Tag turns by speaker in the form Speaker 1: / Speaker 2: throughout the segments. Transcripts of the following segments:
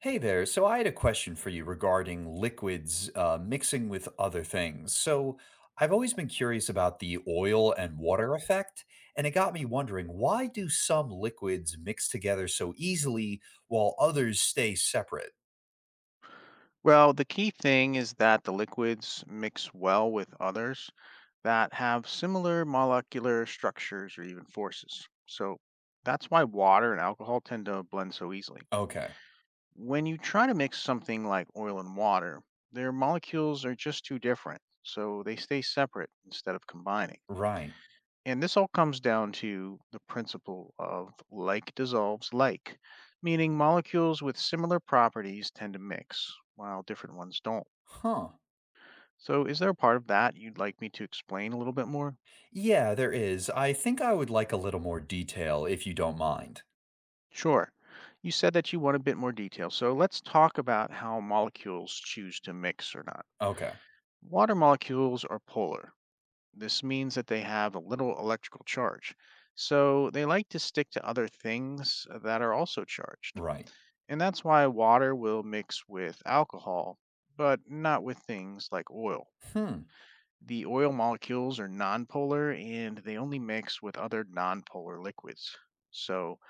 Speaker 1: Hey there. So I had a question for you regarding liquids mixing with other things. So I've always been curious about the oil and water effect, and it got me wondering, why do some liquids mix together so easily while others stay separate?
Speaker 2: Well, the key thing is that the liquids mix well with others that have similar molecular structures or even forces. So that's why water and alcohol tend to blend so easily.
Speaker 1: Okay.
Speaker 2: When you try to mix something like oil and water, their molecules are just too different, so they stay separate instead of combining.
Speaker 1: Right.
Speaker 2: And this all comes down to the principle of like dissolves like, meaning molecules with similar properties tend to mix, while different ones don't.
Speaker 1: Huh.
Speaker 2: So, is there a part of that you'd like me to explain a little bit more?
Speaker 1: Yeah, there is. I think I would like a little more detail if you don't mind.
Speaker 2: Sure. You said that you want a bit more detail, so let's talk about how molecules choose to mix or not.
Speaker 1: Okay.
Speaker 2: Water molecules are polar. This means that they have a little electrical charge. So, they like to stick to other things that are also charged.
Speaker 1: Right.
Speaker 2: And that's why water will mix with alcohol, but not with things like oil.
Speaker 1: Hmm.
Speaker 2: The oil molecules are nonpolar and they only mix with other nonpolar liquids. So,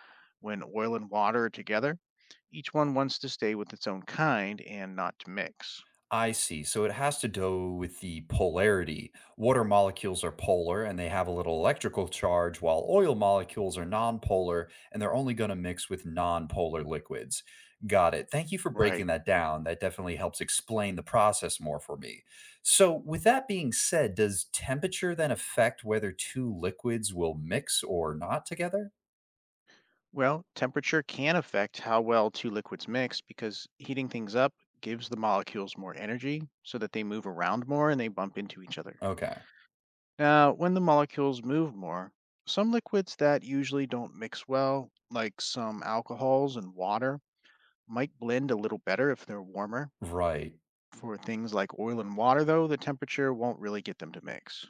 Speaker 2: when oil and water are together, each one wants to stay with its own kind and not to mix.
Speaker 1: I see. So it has to do with the polarity. Water molecules are polar and they have a little electrical charge, while oil molecules are nonpolar and they're only going to mix with nonpolar liquids. Got it. Thank you for breaking
Speaker 2: Right.
Speaker 1: that down. That definitely helps explain the process more for me. So, with that being said, does temperature then affect whether two liquids will mix or not together?
Speaker 2: Well, temperature can affect how well two liquids mix because heating things up gives the molecules more energy so that they move around more and they bump into each other.
Speaker 1: Okay.
Speaker 2: Now, when the molecules move more, some liquids that usually don't mix well, like some alcohols and water, might blend a little better if they're warmer.
Speaker 1: Right.
Speaker 2: For things like oil and water, though, the temperature won't really get them to mix.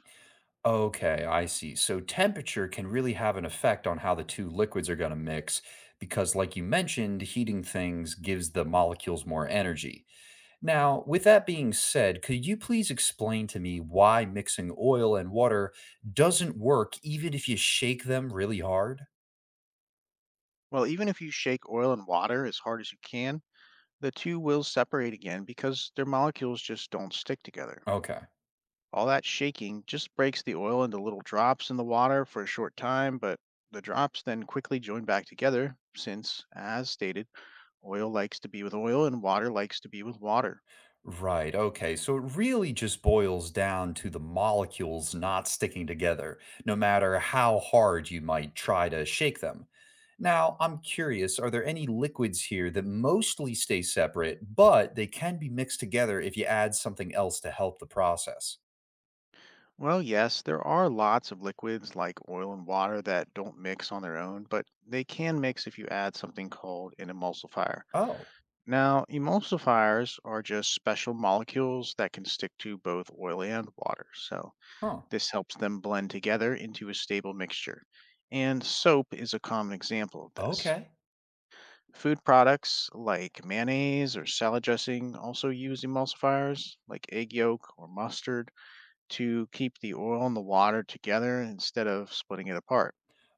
Speaker 1: Okay, I see. So temperature can really have an effect on how the two liquids are going to mix because, like you mentioned, heating things gives the molecules more energy. Now, with that being said, could you please explain to me why mixing oil and water doesn't work even if you shake them really hard?
Speaker 2: Well, even if you shake oil and water as hard as you can, the two will separate again because their molecules just don't stick together.
Speaker 1: Okay.
Speaker 2: All that shaking just breaks the oil into little drops in the water for a short time, but the drops then quickly join back together since, as stated, oil likes to be with oil and water likes to be with water.
Speaker 1: Right. Okay. So it really just boils down to the molecules not sticking together, no matter how hard you might try to shake them. Now, I'm curious, are there any liquids here that mostly stay separate, but they can be mixed together if you add something else to help the process?
Speaker 2: Well, yes, there are lots of liquids like oil and water that don't mix on their own, but they can mix if you add something called an emulsifier.
Speaker 1: Oh,
Speaker 2: Now, emulsifiers are just special molecules that can stick to both oil and water, so
Speaker 1: huh.
Speaker 2: this helps them blend together into a stable mixture. And soap is a common example of this.
Speaker 1: Okay.
Speaker 2: Food products like mayonnaise or salad dressing also use emulsifiers, like egg yolk or mustard, to keep the oil and the water together instead of splitting it apart.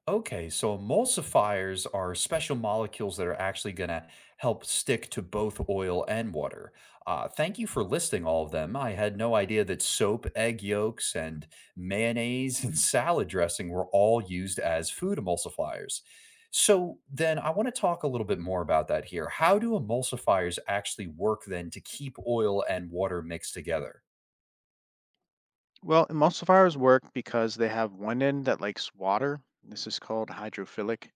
Speaker 1: Okay, so emulsifiers are special molecules that are actually going to help stick to both oil and water. Thank you for listing all of them. I had no idea that soap, egg yolks, and mayonnaise and salad dressing were all used as food emulsifiers. So then I want to talk a little bit more about that here. How do emulsifiers actually work then to keep oil and water mixed together?
Speaker 2: Well, emulsifiers work because they have one end that likes water, this is called hydrophilic,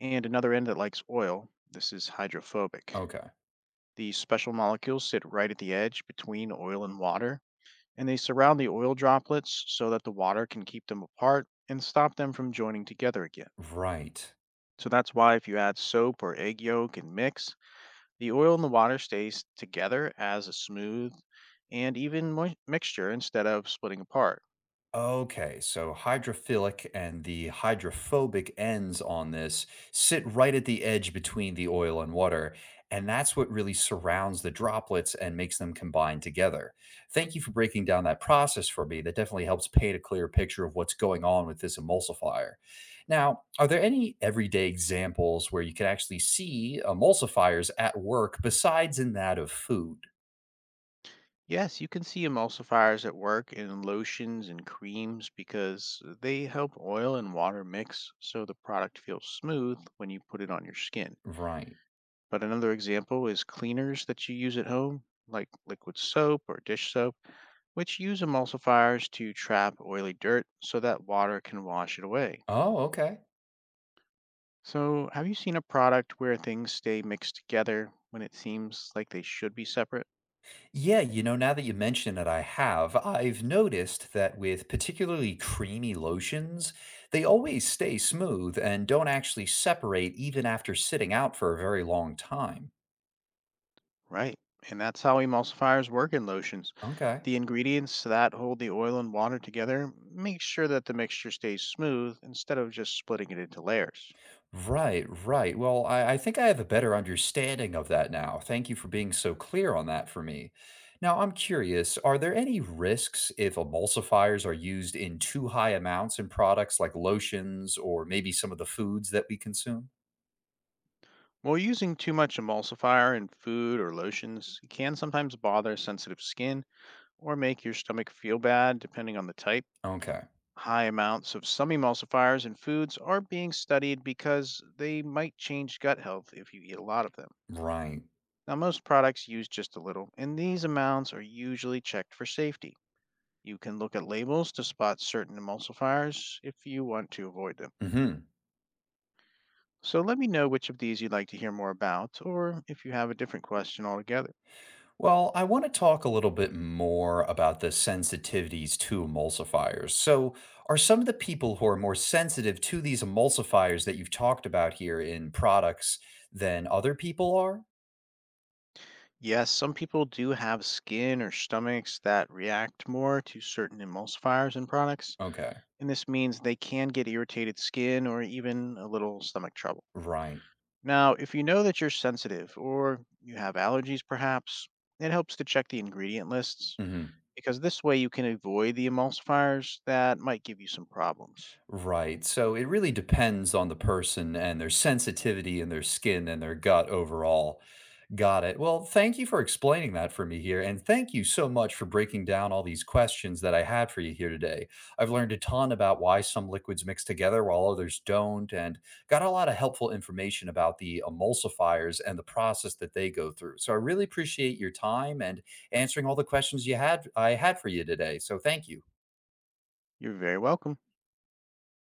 Speaker 2: and another end that likes oil, this is hydrophobic.
Speaker 1: Okay,
Speaker 2: These special molecules sit right at the edge between oil and water, and they surround the oil droplets so that the water can keep them apart and stop them from joining together again.
Speaker 1: right.
Speaker 2: So that's why if you add soap or egg yolk and mix, the oil and the water stays together as a smooth and even mixture instead of splitting apart.
Speaker 1: Okay, so hydrophilic and the hydrophobic ends on this sit right at the edge between the oil and water, and that's what really surrounds the droplets and makes them combine together. Thank you for breaking down that process for me. That definitely helps paint a clear picture of what's going on with this emulsifier. Now, are there any everyday examples where you can actually see emulsifiers at work besides in that of food?
Speaker 2: Yes, you can see emulsifiers at work in lotions and creams because they help oil and water mix so the product feels smooth when you put it on your skin.
Speaker 1: Right.
Speaker 2: But another example is cleaners that you use at home, like liquid soap or dish soap, which use emulsifiers to trap oily dirt so that water can wash it away.
Speaker 1: Oh, okay.
Speaker 2: So, have you seen a product where things stay mixed together when it seems like they should be separate?
Speaker 1: Yeah, you know, now that you mention it, I have. I've noticed that with particularly creamy lotions, they always stay smooth and don't actually separate even after sitting out for a very long time.
Speaker 2: Right. And that's how emulsifiers work in lotions.
Speaker 1: Okay.
Speaker 2: The ingredients that hold the oil and water together make sure that the mixture stays smooth instead of just splitting it into layers.
Speaker 1: Right, right. Well, I think I have a better understanding of that now. Thank you for being so clear on that for me. Now, I'm curious, are there any risks if emulsifiers are used in too high amounts in products like lotions or maybe some of the foods that we consume?
Speaker 2: While using too much emulsifier in food or lotions can sometimes bother sensitive skin or make your stomach feel bad depending on the type.
Speaker 1: Okay,
Speaker 2: High amounts of some emulsifiers in foods are being studied because they might change gut health if you eat a lot of them.
Speaker 1: right.
Speaker 2: Now, most products use just a little, and these amounts are usually checked for safety. You can look at labels to spot certain emulsifiers if you want to avoid them.
Speaker 1: Mhm.
Speaker 2: So, let me know which of these you'd like to hear more about, or if you have a different question altogether.
Speaker 1: Well, I want to talk a little bit more about the sensitivities to emulsifiers. So, are some of the people who are more sensitive to these emulsifiers that you've talked about here in products than other people are?
Speaker 2: Yes, some people do have skin or stomachs that react more to certain emulsifiers and products,
Speaker 1: Okay.
Speaker 2: and this means they can get irritated skin or even a little stomach trouble.
Speaker 1: Right.
Speaker 2: Now, if you know that you're sensitive or you have allergies, perhaps, it helps to check the ingredient lists,
Speaker 1: Hmm.
Speaker 2: because this way you can avoid the emulsifiers that might give you some problems.
Speaker 1: Right. So it really depends on the person and their sensitivity and their skin and their gut overall. Got it. Well, thank you for explaining that for me here. And thank you so much for breaking down all these questions that I had for you here today. I've learned a ton about why some liquids mix together while others don't, and got a lot of helpful information about the emulsifiers and the process that they go through. So I really appreciate your time and answering all the questions you had I had for you today. So thank you.
Speaker 2: You're very welcome.